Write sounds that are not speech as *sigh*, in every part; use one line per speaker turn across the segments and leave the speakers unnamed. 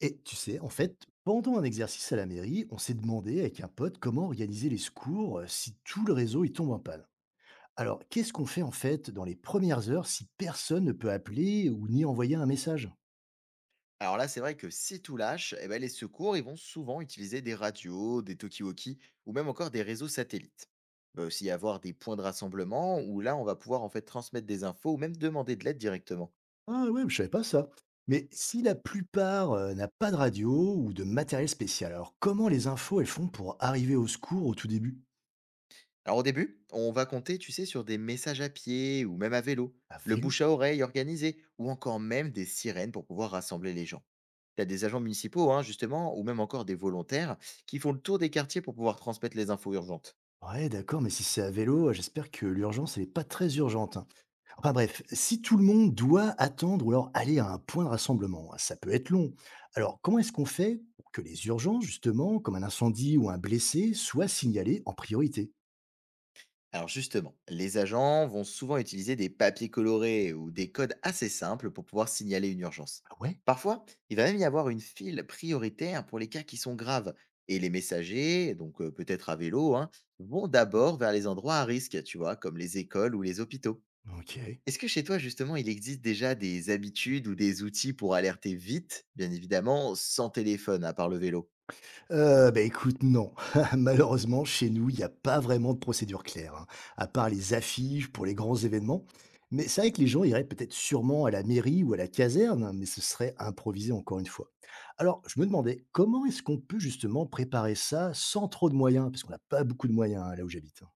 Et tu sais, en fait, pendant un exercice à la mairie, on s'est demandé avec un pote comment organiser les secours si tout le réseau y tombe en panne. Alors, qu'est-ce qu'on fait en fait dans les premières heures si personne ne peut appeler ou ni envoyer un message.
Alors là, c'est vrai que si tout lâche, eh ben, les secours ils vont souvent utiliser des radios, des talkie-walkie ou même encore des réseaux satellites. Il va aussi y avoir des points de rassemblement où là, on va pouvoir en fait transmettre des infos ou même demander de l'aide directement.
Ah ouais, je savais pas ça. Mais si la plupart n'a pas de radio ou de matériel spécial, alors comment les infos elles font pour arriver au secours au tout début?
Alors au début, on va compter, tu sais, sur des messages à pied ou même à vélo,
À
le
vélo.
bouche à oreille organisé ou encore même des sirènes pour pouvoir rassembler les gens. T'as des agents municipaux, hein, justement, ou même encore des volontaires qui font le tour des quartiers pour pouvoir transmettre les infos urgentes.
Ouais, d'accord, mais si c'est à vélo, j'espère que l'urgence elle n'est pas très urgente, hein. Enfin bref, si tout le monde doit attendre ou alors aller à un point de rassemblement, hein, ça peut être long. Alors comment est-ce qu'on fait pour que les urgences, justement, comme un incendie ou un blessé, soient signalées en priorité?
Alors justement, les agents vont souvent utiliser des papiers colorés ou des codes assez simples pour pouvoir signaler une urgence.
Ah ouais.
Parfois, il va même y avoir une file prioritaire pour les cas qui sont graves. Et les messagers, donc peut-être à vélo, hein, vont d'abord vers les endroits à risque, tu vois, comme les écoles ou les hôpitaux.
Ok.
Est-ce que chez toi, justement, il existe déjà des habitudes ou des outils pour alerter vite, bien évidemment, sans téléphone, à part le vélo?
Bah, écoute, non. *laughs* Malheureusement, chez nous, il n'y a pas vraiment de procédure claire, hein, à part les affiches pour les grands événements. Mais c'est vrai que les gens iraient peut-être sûrement à la mairie ou à la caserne, hein, mais ce serait improvisé encore une fois. Alors, je me demandais, comment est-ce qu'on peut justement préparer ça sans trop de moyens? Parce qu'on n'a pas beaucoup de moyens, hein, là où j'habite, hein.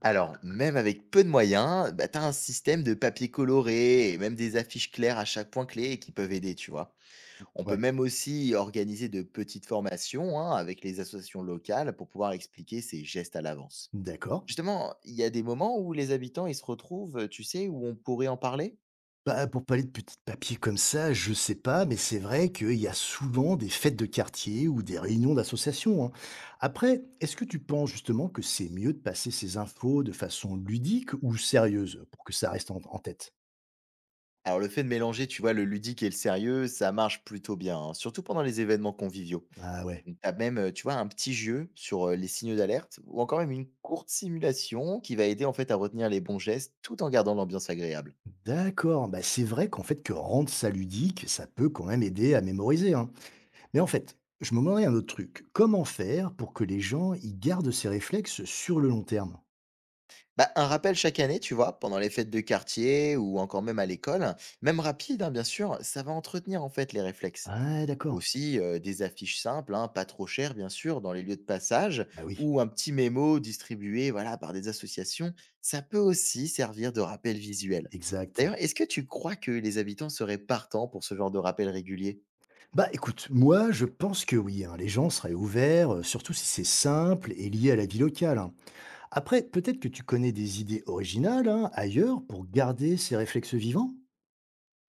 Alors, même avec peu de moyens, bah, tu as un système de papier coloré et même des affiches claires à chaque point clé qui peuvent aider, tu vois. On peut
Ouais.
même aussi organiser de petites formations hein, avec les associations locales pour pouvoir expliquer ces gestes à l'avance.
D'accord.
Justement, il y a des moments où les habitants ils se retrouvent, tu sais, où on pourrait en parler.
Bah, pour parler de petits papiers comme ça, je sais pas, mais c'est vrai qu'il y a souvent des fêtes de quartier ou des réunions d'associations, hein. Après, est-ce que tu penses justement que c'est mieux de passer ces infos de façon ludique ou sérieuse pour que ça reste en tête?
Alors, le fait de mélanger, tu vois, le ludique et le sérieux, ça marche plutôt bien, hein, surtout pendant les événements conviviaux.
Ah ouais.
Tu as même, tu vois, un petit jeu sur, les signaux d'alerte ou encore même une courte simulation qui va aider en fait à retenir les bons gestes tout en gardant l'ambiance agréable.
D'accord, bah c'est vrai qu'en fait que rendre ça ludique, ça peut quand même aider à mémoriser, hein. Mais en fait, je me demandais un autre truc. Comment faire pour que les gens y gardent ces réflexes sur le long terme?
Bah, un rappel chaque année, tu vois, pendant les fêtes de quartier ou encore même à l'école, même rapide, hein, bien sûr, ça va entretenir en fait les réflexes.
Ah d'accord.
Aussi, des affiches simples, hein, pas trop chères bien sûr, dans les lieux de passage
Bah oui,
ou un petit mémo distribué, voilà, par des associations, ça peut aussi servir de rappel visuel.
exact.
D'ailleurs, est-ce que tu crois que les habitants seraient partants pour ce genre de rappel régulier?
Bah écoute, moi je pense que oui, hein, les gens seraient ouverts, surtout si c'est simple et lié à la vie locale, hein. Après, peut-être que tu connais des idées originales, hein, ailleurs pour garder ces réflexes vivants?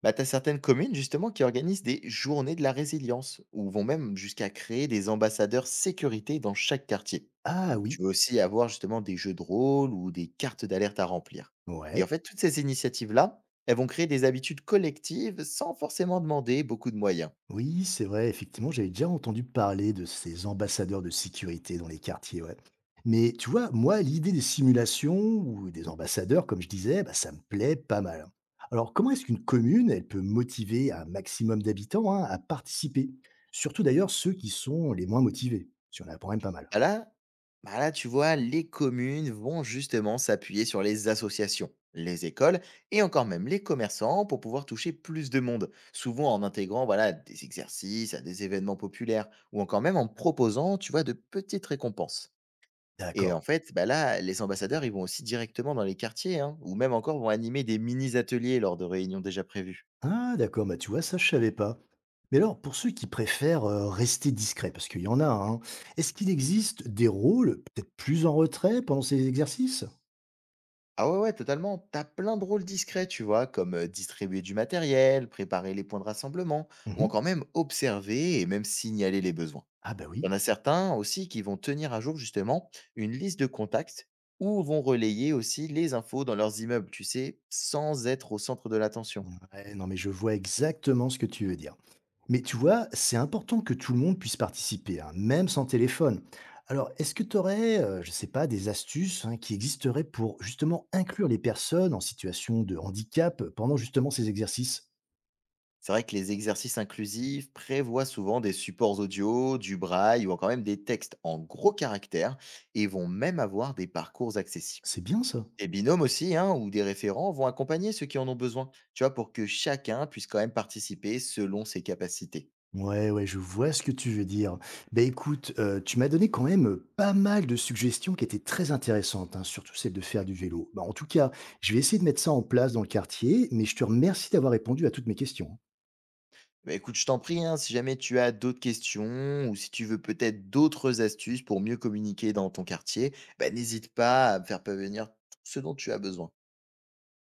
Bah, tu as certaines communes justement qui organisent des journées de la résilience ou vont même jusqu'à créer des ambassadeurs sécurité dans chaque quartier.
Ah
Tu
oui,
veux aussi avoir justement des jeux de rôle ou des cartes d'alerte à remplir. Et
ouais.
en fait, toutes ces initiatives-là, elles vont créer des habitudes collectives sans forcément demander beaucoup de moyens.
Oui, c'est vrai, effectivement, j'avais déjà entendu parler de ces ambassadeurs de sécurité dans les quartiers, ouais. Mais tu vois, moi, l'idée des simulations ou des ambassadeurs, comme je disais, bah, ça me plaît pas mal. Alors, comment est-ce qu'une commune, elle peut motiver un maximum d'habitants, hein, à participer? Surtout d'ailleurs ceux qui sont les moins motivés, si on apprend même pas mal.
Bah là bah là, tu vois, les communes vont justement s'appuyer sur les associations, les écoles et encore même les commerçants pour pouvoir toucher plus de monde, souvent en intégrant voilà, des exercices à des événements populaires ou encore même en proposant, tu vois, de petites récompenses. Et
D'accord.
en fait, bah là, les ambassadeurs, ils vont aussi directement dans les quartiers hein, ou même encore vont animer des mini-ateliers lors de réunions déjà prévues.
Ah d'accord, bah, tu vois, ça je savais pas. Mais alors, pour ceux qui préfèrent rester discrets, parce qu'il y en a, hein, est-ce qu'il existe des rôles peut-être plus en retrait pendant ces exercices?
Ah ouais, ouais, totalement. T'as plein de rôles discrets, tu vois, comme distribuer du matériel, préparer les points de rassemblement, ou
Mhm.
encore même observer et même signaler les besoins.
Ah bah
Il y
oui.
en a certains aussi qui vont tenir à jour justement une liste de contacts ou vont relayer aussi les infos dans leurs immeubles, tu sais, sans être au centre de l'attention.
Ouais, non mais je vois exactement ce que tu veux dire. Mais tu vois, c'est important que tout le monde puisse participer, hein, même sans téléphone. Alors, est-ce que tu aurais, je sais pas, des astuces, hein, qui existeraient pour justement inclure les personnes en situation de handicap pendant justement ces exercices?
C'est vrai que les exercices inclusifs prévoient souvent des supports audio, du braille ou encore même des textes en gros caractères et vont même avoir des parcours accessibles.
C'est bien ça.
Des binômes aussi, hein, ou des référents vont accompagner ceux qui en ont besoin, tu vois, pour que chacun puisse quand même participer selon ses capacités.
Ouais, ouais, je vois ce que tu veux dire. Ben écoute, tu m'as donné quand même pas mal de suggestions qui étaient très intéressantes, hein, surtout celle de faire du vélo. Bah, en tout cas, je vais essayer de mettre ça en place dans le quartier, mais je te remercie d'avoir répondu à toutes mes questions.
Bah, écoute, je t'en prie, hein, si jamais tu as d'autres questions ou si tu veux peut-être d'autres astuces pour mieux communiquer dans ton quartier, bah, n'hésite pas à me faire parvenir tout ce dont tu as besoin.